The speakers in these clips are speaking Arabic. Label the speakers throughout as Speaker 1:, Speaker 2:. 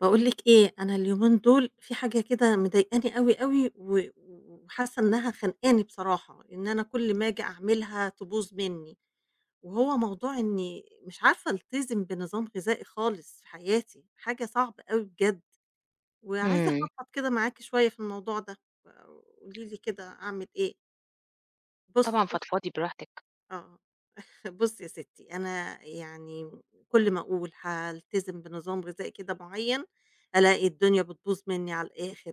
Speaker 1: باقول لِك إيه، أنا اليومين دول في حاجة كده مضايقاني أوي، أوي و وحاسة إنها خانقاني بصراحة، إن أنا كل ما آجي أعملها تبوظ منّي، وهو موضوع إني مش عارفة ألتزم بنظام غذائي خالص في حياتي، حاجة صعبة أوي بجد، وعايزة
Speaker 2: إمم،
Speaker 1: أفضفض كده معاكِ شوية في الموضوع ده، فقولي لي كده أعمل إيه؟
Speaker 2: طبعًا
Speaker 1: بُصّي
Speaker 2: فضفضي براحتك،
Speaker 1: آه. بُصّي يا ستّي، أنا يعني كل ما أقول هالتزم بنظام غذائي كده معيّن، ألاقي الدنيا بتبوظ منّي على الآخر.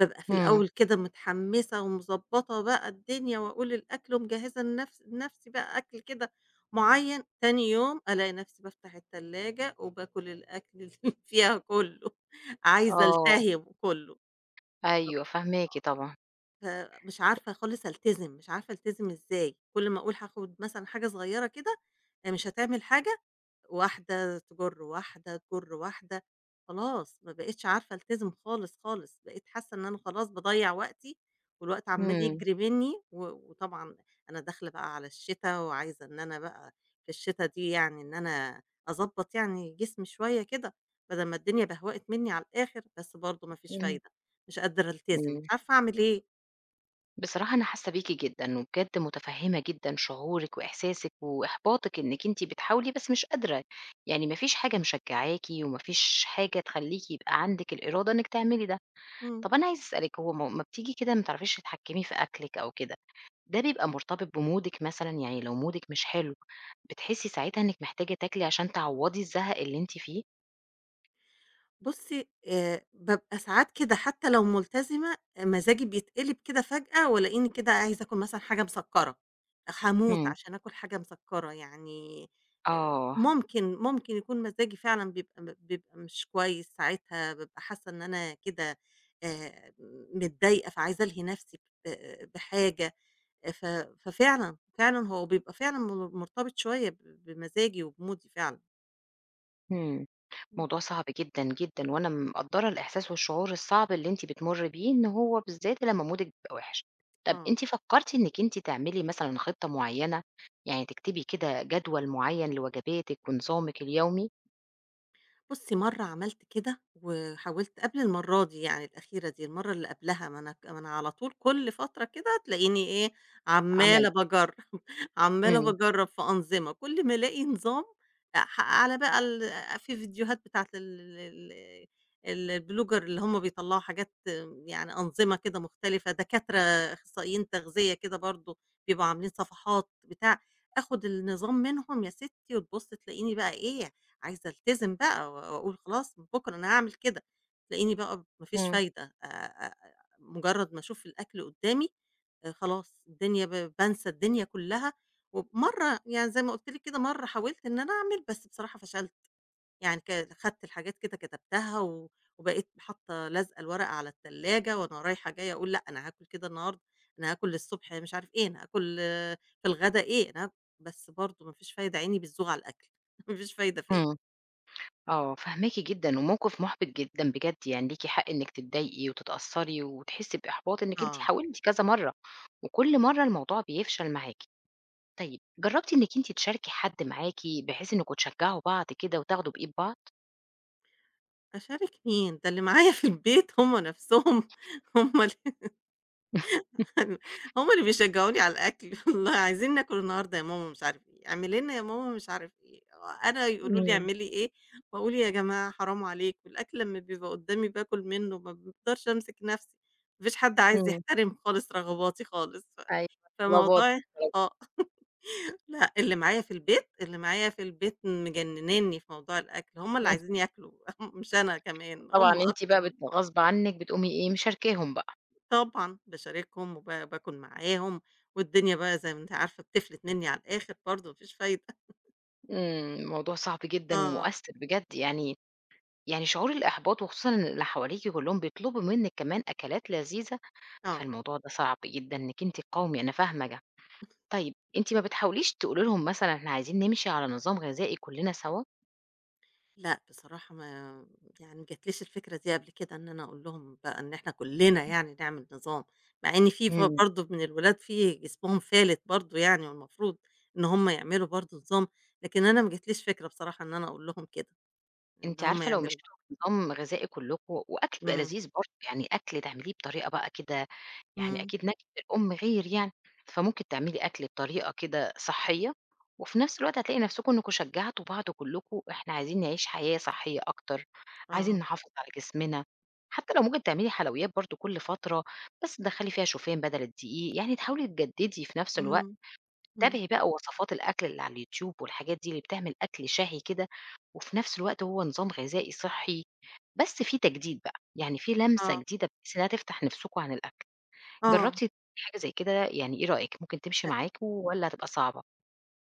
Speaker 1: بابقى في
Speaker 2: إمم،
Speaker 1: الأول كده متحمّسة ومضبّطة بقى الدنيا وأقول الأكل ومجهّزة لنفسي بقى أكل كده معيّن، تاني يوم ألاقي نفسي بافتح التلاجة وباكل الأكل اللي فيها كُلّه، عايزة
Speaker 2: آه،
Speaker 1: ألتهِم كُلّه.
Speaker 2: أيوه فاهماكِ طبعًا،
Speaker 1: مش عارفة خالص ألتزم، مش عارفة ألتزم إزاي، كل ما أقول هاخد مثلًا حاجة صغيرة كده مش هتعمل حاجة، واحدة تجُر، واحدة تجُر، واحدة، خلاص ما بقيتش عارفة ألتزم خالص، خالص، بقيت حاسة إن أنا خلاص باضيّع وقتي والوقت عمّال
Speaker 2: إمم،
Speaker 1: يجري منّي و وطبعًا أنا داخلة بقى على الشتا وعايزة إن أنا بقى في الشتا دي يعني إن أنا أضبّط يعني جسمي شوية كده بدل ما الدنيا بهوقت منّي على الآخر، بس برضه ما فيش
Speaker 2: إمم،
Speaker 1: فايدة، مش قادرة ألتزم، مش
Speaker 2: إمم،
Speaker 1: عارفة أعمل إيه؟
Speaker 2: بصراحة أنا حاسة بيكِ جدًا، وبجد متفهمة جدًا شعورِك وإحساسِك وإحباطِك إنِك أنتِ بتحاولي بس مش قادرة، يعني ما فيش حاجة مشجعاكِ وما فيش حاجة تخليكِ يبقى عندِك الإرادة إنِك تعملي ده،
Speaker 1: إمم.
Speaker 2: طب أنا عايزة أسألِك هو ما بتيجي كده ما بتعرفيش تتحكمي في أكلِك أو كده، ده بيبقى مرتبط بمودِك مثلًا، يعني لو مودِك مش حلو بتحسي ساعتها إنِك محتاجة تاكلي عشان تعوضي الزهق اللي أنتِ فيه؟
Speaker 1: بُصّي، بابقى ساعات كده حتى لو ملتزمة، آه، مزاجي بيتقلب كده فجأة وألاقيني كده عايزة آكل مثلًا حاجة مسكّرة، هاموت
Speaker 2: إمم.
Speaker 1: عشان آكل حاجة مسكّرة يعني
Speaker 2: آه،
Speaker 1: ممكن يكون مزاجي فعلًا بيبقى مش كويس ساعتها، بابقى حاسة إن أنا كده آآ متضايقة، فعايزة ألهي نفسي ب بحاجة، آه، ففعلًا، هو بيبقى فعلًا مرتبط شوية بمزاجي وبمودي فعلًا.
Speaker 2: إمم،
Speaker 1: إمم.
Speaker 2: موضوع صعب جدًا، جدًا، وأنا مقدّرة الإحساس والشعور الصعب اللي أنتِ بتمُرّي بيه، إن هو بالذات لمّا مودِك بيبقى وِحِش. طَب
Speaker 1: آه.
Speaker 2: أنتِ فكّرتِ إنِّك أنتِ تعملي مثلًا خطة معيّنة، يعني تكتبي كده جدول معيّن لوجباتِك ونظامِك اليومي؟
Speaker 1: بُصّي، مرّة عملت كده وحاولت قبل المرّة دي يعني الأخيرة دي، المرّة اللي قبلها ما أنا على طول كل فترة كده تلاقيني إيه، عمّالة
Speaker 2: عملتِ
Speaker 1: باجرّب، عمّالة
Speaker 2: إمم،
Speaker 1: باجرّب في أنظمة، كل ما ألاقي نظام على بقى في فيديوهات بتاعة ال ال ال البلوجر اللي هم بيطلّعوا حاجات يعني أنظمة كده مختلفة، دكاترة أخصائيين تغذية كده برضه بيبقوا عاملين صفحات بتاع، آخُد النظام منهم يا ستّي وتبُص تلاقيني بقى إيه، عايزة ألتزم بقى و وأقول خلاص من بُكرة أنا هاعمل كده، تلاقيني بقى ما فيش
Speaker 2: إمم،
Speaker 1: فايدة مجرد ما أشوف الأكل قدّامي خلاص الدنيا بانسى الدنيا كلّها، ومرّة يعني زي ما قُلت لِك كده مرّة حاولت إن أنا أعمل بس بصراحة فشلت، يعني خدت الحاجات كده كتبتها وبقيت حاطة لازقة الورقة على التلاجة وأنا رايحة جاية أقول لأ أنا هاكل كده النهارده، أنا هاكل الصبح مش عارف إيه، أنا هاكل آه، في الغدا إيه، أنا هاك بس برضه ما فيش فايدة عيني بتزوغ على الأكل، ما فيش فايدة فيّا.
Speaker 2: إمم، آه، فاهماكِ جدًا، وموقِف مُحبِط جدًا بجد، يعني ليكِ حق إنِّك تتضايقي وتتأثّري وتحسّي بإحباط إنِّك أنتِ
Speaker 1: آه،
Speaker 2: حاولتِ كذا مرّة، وكل مرّة الموضوع بيفشل معاكِ. طيب، جرّبتِ إنِّك أنتِ تشاركي حد معاكِ بحيث إنّكم تشجّعوا بعض كده وتاخدوا بإيد بعض؟
Speaker 1: أشارك مين؟ ده اللي معايا في البيت هم نفسهم هم ال هم اللي بيشجعوني على الأكل والله "عايزين ناكل النهارده يا ماما" مش عارف إيه، "اعملي لنا يا ماما" مش عارف إيه، أنا يقولوا لي
Speaker 2: إمم،
Speaker 1: "اعملي إيه" وأقول "يا جماعة حرام عليكم" الأكل لمّا بيبقى قدامي باكل منه ما باقدرش أمسك نفسي، ما فيش حد عايز
Speaker 2: إمم،
Speaker 1: يحترم خالص رغباتي خالص، ف
Speaker 2: أيوه طلبات
Speaker 1: فموضوع آه، لأ اللي معايا في البيت مجنناني في موضوع الأكل، هم اللي
Speaker 2: إمم،
Speaker 1: عايزين ياكلوا مش أنا كمان،
Speaker 2: طبعًا
Speaker 1: هم
Speaker 2: أنتِ
Speaker 1: أكتر
Speaker 2: بقى
Speaker 1: من
Speaker 2: غصب عنِّك بتقومي إيه، مشاركاهم بقى،
Speaker 1: طبعًا، باشاركهم وب باكُل معاهم، والدنيا بقى زي ما أنتِ عارفة بتفلت منّي على الآخر برضه ما فيش فايدة.
Speaker 2: إمم، موضوع صعب جدًا
Speaker 1: آه،
Speaker 2: ومؤثّر بجد يعني يعني شعور الإحباط وخصوصًا إن اللي حواليكِ كلّهم بيطلبوا منِّك كمان أكلات لذيذة،
Speaker 1: آه.
Speaker 2: فالموضوع ده صعب جدًا إنِّك أنتِ تقاومي، أنا فاهمة ده. طيب، أنتِ ما بتحاوليش تقولي لهم مثلًا إحنا عايزين نمشي على نظام غذائي كلّنا سوا؟
Speaker 1: لأ، بصراحة ما يعني ما جاتليش الفكرة دي قبل كده إن أنا أقول لهم بقى إن إحنا كُلّنا يعني نعمل نظام، مع إن في
Speaker 2: إمم.
Speaker 1: برضه من الولاد في جسمهم فالت برضه يعني والمفروض إن هم يعملوا برضه نظام، لكن أنا ما جاتليش فكرة بصراحة إن أنا أقول لهم كده، إن
Speaker 2: أنتِ
Speaker 1: هم
Speaker 2: عارفة لو
Speaker 1: يعملوا بقى.
Speaker 2: مشيتوا بنظام غذائي كلّكم وأكل بيبقى
Speaker 1: إمم،
Speaker 2: لذيذ برضه، يعني أكل تعمليه بطريقة بقى كده يعني
Speaker 1: إمم،
Speaker 2: أكيد نكهة الأم غير يعني، فممكن تعملي أكل بطريقة كده صحّية، وفي نفس الوقت هتلاقي نفسكم إنكم شجعتوا بعض كلّكم إحنا عايزين نعيش حياة صحّية أكتر، عايزين
Speaker 1: آه،
Speaker 2: نحافظ على جسمنا، حتى لو ممكن تعملي حلويات برضه كل فترة، بس تدخّلي فيها شوفان بدل الدقيق، يعني تحاولي تجددي في نفس الوقت
Speaker 1: إمم، إمم،
Speaker 2: تابعي بقى وصفات الأكل اللي على اليوتيوب والحاجات دي اللي بتعمل أكل شهي كده، وفي نفس الوقت هو نظام غذائي صحّي، بس في تجديد بقى، يعني في لمسة
Speaker 1: آه،
Speaker 2: جديدة بحيث إنها تفتح نفسكم عن الأكل،
Speaker 1: آه.
Speaker 2: جرّبتِ حاجة زي كده يعني إيه رأيِك ممكن تمشي معاكم والّا هتبقى صعبة؟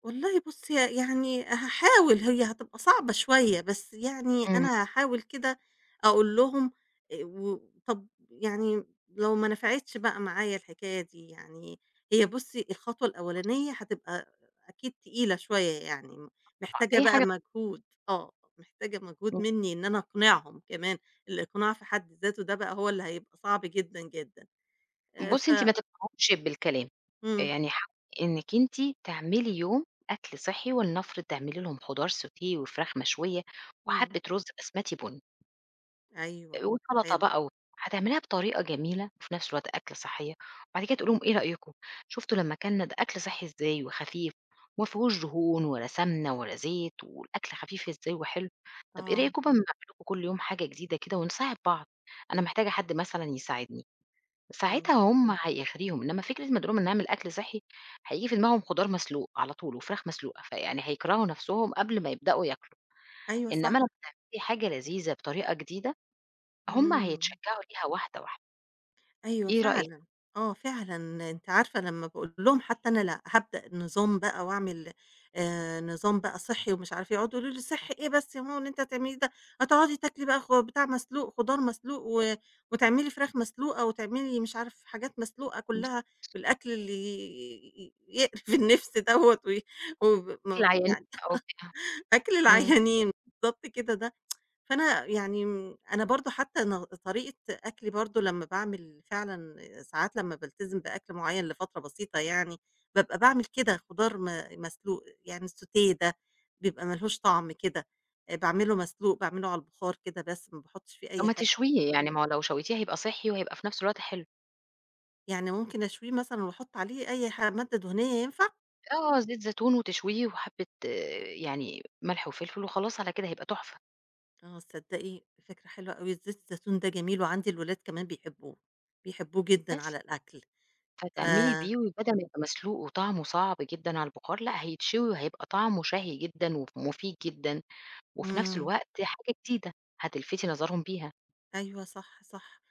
Speaker 1: والله بُصّي، يعني هاحاول هي هتبقى صعبة شوية، بس يعني
Speaker 2: إمم.
Speaker 1: أنا هاحاول كده أقول لهم و طَب يعني لو ما نفعتش بقى معايا الحكاية دي، يعني هي بُصّي الخطوة الأولانية هتبقى أكيد تقيلة شوية يعني،
Speaker 2: طبعًا
Speaker 1: محتاجة
Speaker 2: أي
Speaker 1: بقى
Speaker 2: حاجة
Speaker 1: مجهود آه، محتاجة مجهود منّي إن أنا أقنعهم كمان، الإقناع في حد ذاته ده بقى هو اللي هيبقى صعب جدًا، جدًا
Speaker 2: بُصّي أنتِ
Speaker 1: ف
Speaker 2: ما تقنعيهمش بالكلام،
Speaker 1: إمم،
Speaker 2: يعني حاولي إنِّك أنتِ تعملي يوم أكل صحّي ولنفرض تعملي لهم خضار sauté وفراخ مشوية
Speaker 1: إمم،
Speaker 2: وحبّة رز بسمتي بُني.
Speaker 1: أيوه،
Speaker 2: وسَلطة
Speaker 1: حلو،
Speaker 2: بقى هتعمليها بطريقة جميلة وفي نفس الوقت أكلة صحّية، وبعد كده تقول لهم إيه رأيكم، شُفتوا لمّا أكلنا ده أكل صحّي إزاي وخفيف وما فيهوش دهون ولا سمنة ولا زيت والأكل خفيف إزاي وحلو، طَب إيه
Speaker 1: آه،
Speaker 2: رأيكم بقى أمّا أعمل لكم كل يوم حاجة جديدة كده ونساعد بعض، أنا محتاجة حد مثلًا يساعدني،
Speaker 1: آه،
Speaker 2: ساعتها هم هيغريهم، إنّما فكرة ما تقول لهم نعمل أكل صحّي هييجي في دماغهم خضار مسلوق على طول وفراخ مسلوقة، فيعني هيكرهوا نفسهم قبل ما يبدؤوا ياكلوا،
Speaker 1: أيوه
Speaker 2: إنّما
Speaker 1: صح.
Speaker 2: لمّا تعملي حاجة لذيذة بطريقة جديدة هُم
Speaker 1: إمم،
Speaker 2: هيتشجعوا ليها واحدة، واحدة،
Speaker 1: أيوه
Speaker 2: إيه رأيِك؟
Speaker 1: فعلًا، آه فعلًا، أنتِ عارفة لمّا باقول لهم حتى أنا لأ هابدأ نظام بقى وأعمل نظام بقى صحّي ومش عارفة إيه، يقعدوا يقولوا لي: "صحّي إيه بس يا ماما اللي أنتِ هتعمليه ده، هتقعدي تاكلي بقى بتاع مسلوق، خضار مسلوق وتعملي فراخ مسلوقة وتعملي مش عارف حاجات مسلوقة كلّها والأكل اللي يقرف النِفس دوّة وي وب م
Speaker 2: بشكل عيانين
Speaker 1: يعني
Speaker 2: بقى وبتاع،
Speaker 1: أكل
Speaker 2: إمم،
Speaker 1: العيانين." بالضبط كده ده فأنا يعني أنا برضه حتى طريقة أكلي برضه لمّا باعمل فعلًا ساعات لمّا بالتزم بأكل معيّن لفترة بسيطة يعني، بابقى باعمل كده خضار مسلوق، يعني الsautée ده بيبقى ما لهوش طعم كده، باعمله مسلوق، باعمله على البخار كده بس ما باحطش فيه
Speaker 2: طب
Speaker 1: أي
Speaker 2: ما
Speaker 1: حاجة،
Speaker 2: تشويه يعني، ما هو لو شويتيه هيبقى صحّي وهيبقى في نفس الوقت حلو،
Speaker 1: يعني ممكن أشويه مثلًا وأحط عليه أي مادة دهنية ينفع؟
Speaker 2: آه، زيت زيتون وتشويه وحبة يعني ملح وفلفل وخلاص على كده هيبقى تحفة،
Speaker 1: آه تصدقي فكرة حلوة أوي، زيت الزيتون ده جميل وعندي الولاد كمان بيحبوه، بيحبوه جدًا على
Speaker 2: بس
Speaker 1: الأكل، ف
Speaker 2: فتعملي بيه وبدل ما يبقى مسلوق وطعمه صعب جدًا على البخار، لأ هيتشوي وهيبقى طعمه شهي جدًا ومفيد جدًا، وفي نفس
Speaker 1: إمم،
Speaker 2: الوقت حاجة جديدة هتلفتي نظرهم بيها،
Speaker 1: أيوه صح، صح.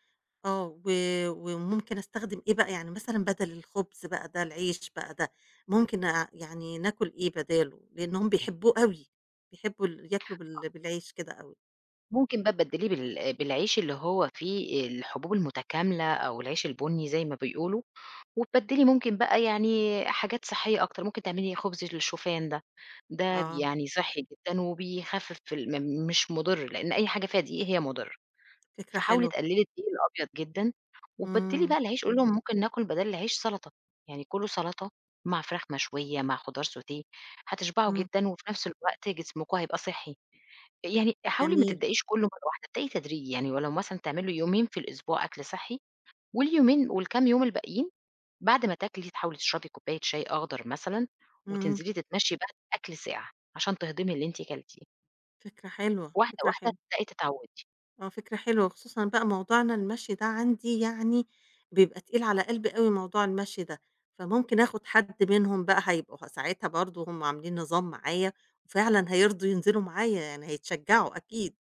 Speaker 1: آه، وممكن أستخدم إيه بقى، يعني مثلًا بدل الخبز بقى ده، العيش بقى ده، ممكن يعني ناكل إيه بداله؟ لإن هُم بيحبوه أوي، بيحبوا ياكلوا بالعيش كده أوي.
Speaker 2: ممكن بقى تبدليه بالعيش اللي هو فيه الحبوب المتكاملة أو العيش البني زي ما بيقولوا. وتبدّلي ممكن بقى يعني حاجات صحّية أكتر، ممكن تعملي خبز الشوفان ده، ده
Speaker 1: آه،
Speaker 2: يعني صحّي جدًا وبيخفّف ال م مش مُضِر، لإن أي حاجة فيها دقيق هي مُضِرة،
Speaker 1: فكرة
Speaker 2: فحاولي
Speaker 1: حلوة.
Speaker 2: تقلّلي الدقيق الأبيض جدًا، وبدّلي
Speaker 1: إمم،
Speaker 2: بقى العيش قولي لهم ممكن ناكل بدل العيش سَلطة، يعني كُلوا سَلطة مع فراخ مشوية، مع خضار sauté هتشبعوا
Speaker 1: إمم،
Speaker 2: جدًا وفي نفس الوقت جسمكم هيبقى صحّي، يعني حاولي ما
Speaker 1: جميل،
Speaker 2: تبدئيش كُلّه مرّة واحدة، ابدئي تدريجي، يعني ولو مثلًا تعملوا يومين في الأسبوع أكل صحّي واليومين والكام يوم الباقيين بعد ما تاكلي تحاولي تشربي كوباية شاي أخضر مثلًا،
Speaker 1: إمم،
Speaker 2: وتنزلي تتمشي بعد الأكل ساعة، عشان تهضمي اللي أنتِ كلتيه،
Speaker 1: فكرة حلوة،
Speaker 2: واحدة
Speaker 1: فكرة
Speaker 2: واحدة
Speaker 1: حلوة.
Speaker 2: هتبدئي تتعودي.
Speaker 1: آه، فكرة حلوة، خصوصًا بقى موضوعنا المشي ده عندي يعني بيبقى تقيل على قلبي أوي موضوع المشي ده، فممكن آخد حد منهم بقى هيبقوا ساعتها برضه هم عاملين نظام معايا، وفعلًا هيرضوا ينزلوا معايا يعني هيتشجعوا أكيد،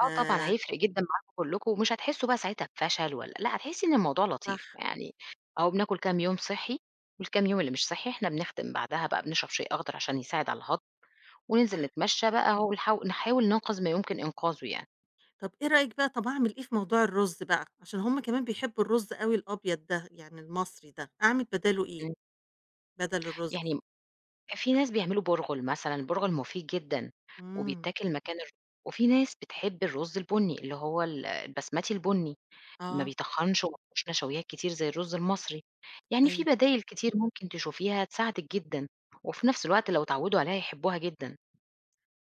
Speaker 1: ف
Speaker 2: طبعًا هيفرق جدًا معاكم كلكم، ومش هتحسوا بقى ساعتها بفشل ولا لأ، هتحسي إن الموضوع
Speaker 1: صح،
Speaker 2: لطيف، يعني أهو بناكل كام يوم صحّي، والكام يوم اللي مش صحّي إحنا بنختم بعدها بقى بنشرب شاي أخضر عشان يساعد على الهضم،
Speaker 1: صح.
Speaker 2: وننزل نتمشى بقى ونحاو نحاول نحاول ننقذ ما يمكن إنقاذه يعني.
Speaker 1: طب أعمل إيه في موضوع الرز بقى؟ عشان هم كمان بيحبوا الرز أوي الأبيض ده، يعني المصري ده، أعمل بداله إيه؟
Speaker 2: إمم.
Speaker 1: بدل الرز؟
Speaker 2: يعني في ناس بيعملوا بُرغل مثلًا، البُرغل مفيد جدًا
Speaker 1: إمم،
Speaker 2: وبيتاكل مكان وفي ناس بتحب الرز البُني، اللي هو البسمتي البُني، ما
Speaker 1: آه،
Speaker 2: بيتخنش وما فيهوش نشويات كتير زي الرز المصري، يعني في
Speaker 1: أيوه.
Speaker 2: بدايل كتير ممكن تشوفيها تساعدِك جدًا، وفي نفس الوقت لو اتعودوا عليها يحبوها جدًا.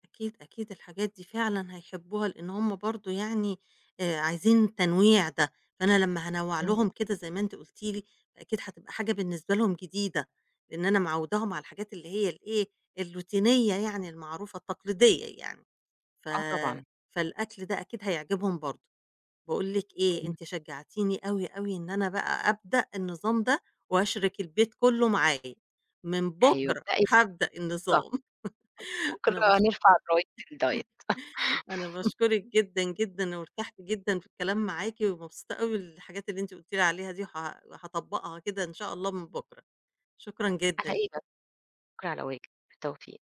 Speaker 1: أكيد، أكيد الحاجات دي فعلًا هيحبوها، لإن هم برضه يعني عايزين التنويع ده، فأنا لمّا هانوّع
Speaker 2: إمم.
Speaker 1: لهم كده زي ما أنتِ قُلتِ لي، فأكيد هتبقى حاجة بالنسبة لهم جديدة، لإن أنا معوّداهم على الحاجات اللي هي الإيه، الروتينية يعني المعروفة التقليدية يعني، ف
Speaker 2: آه طبعًا.
Speaker 1: فالأكل ده أكيد هيعجبهم برضه. باقول لِك إيه،
Speaker 2: إمم.
Speaker 1: أنتِ شجّعتيني أوي، أوي إن أنا بقى أبدأ النظام ده وأشرِك البيت كُلّه معايا، من
Speaker 2: أيوه،
Speaker 1: بُكرة
Speaker 2: ابدئي
Speaker 1: هابدأ
Speaker 2: بالضبط،
Speaker 1: النظام.
Speaker 2: بكرة
Speaker 1: أنا باش
Speaker 2: نرفع الراية الدايت.
Speaker 1: أنا باشكرِك جدًا، جدًا، وارتحت جدًا في الكلام معاكِ، ومبسوطة أوي الحاجات اللي أنتِ قُلتِ لي عليها دي، وه هاطبّقها كده إن شاء الله من بُكرة. شكرًا جدًا
Speaker 2: على إيه بس؟
Speaker 1: ليكِ.
Speaker 2: بكرة على واجب، بالتوفيق.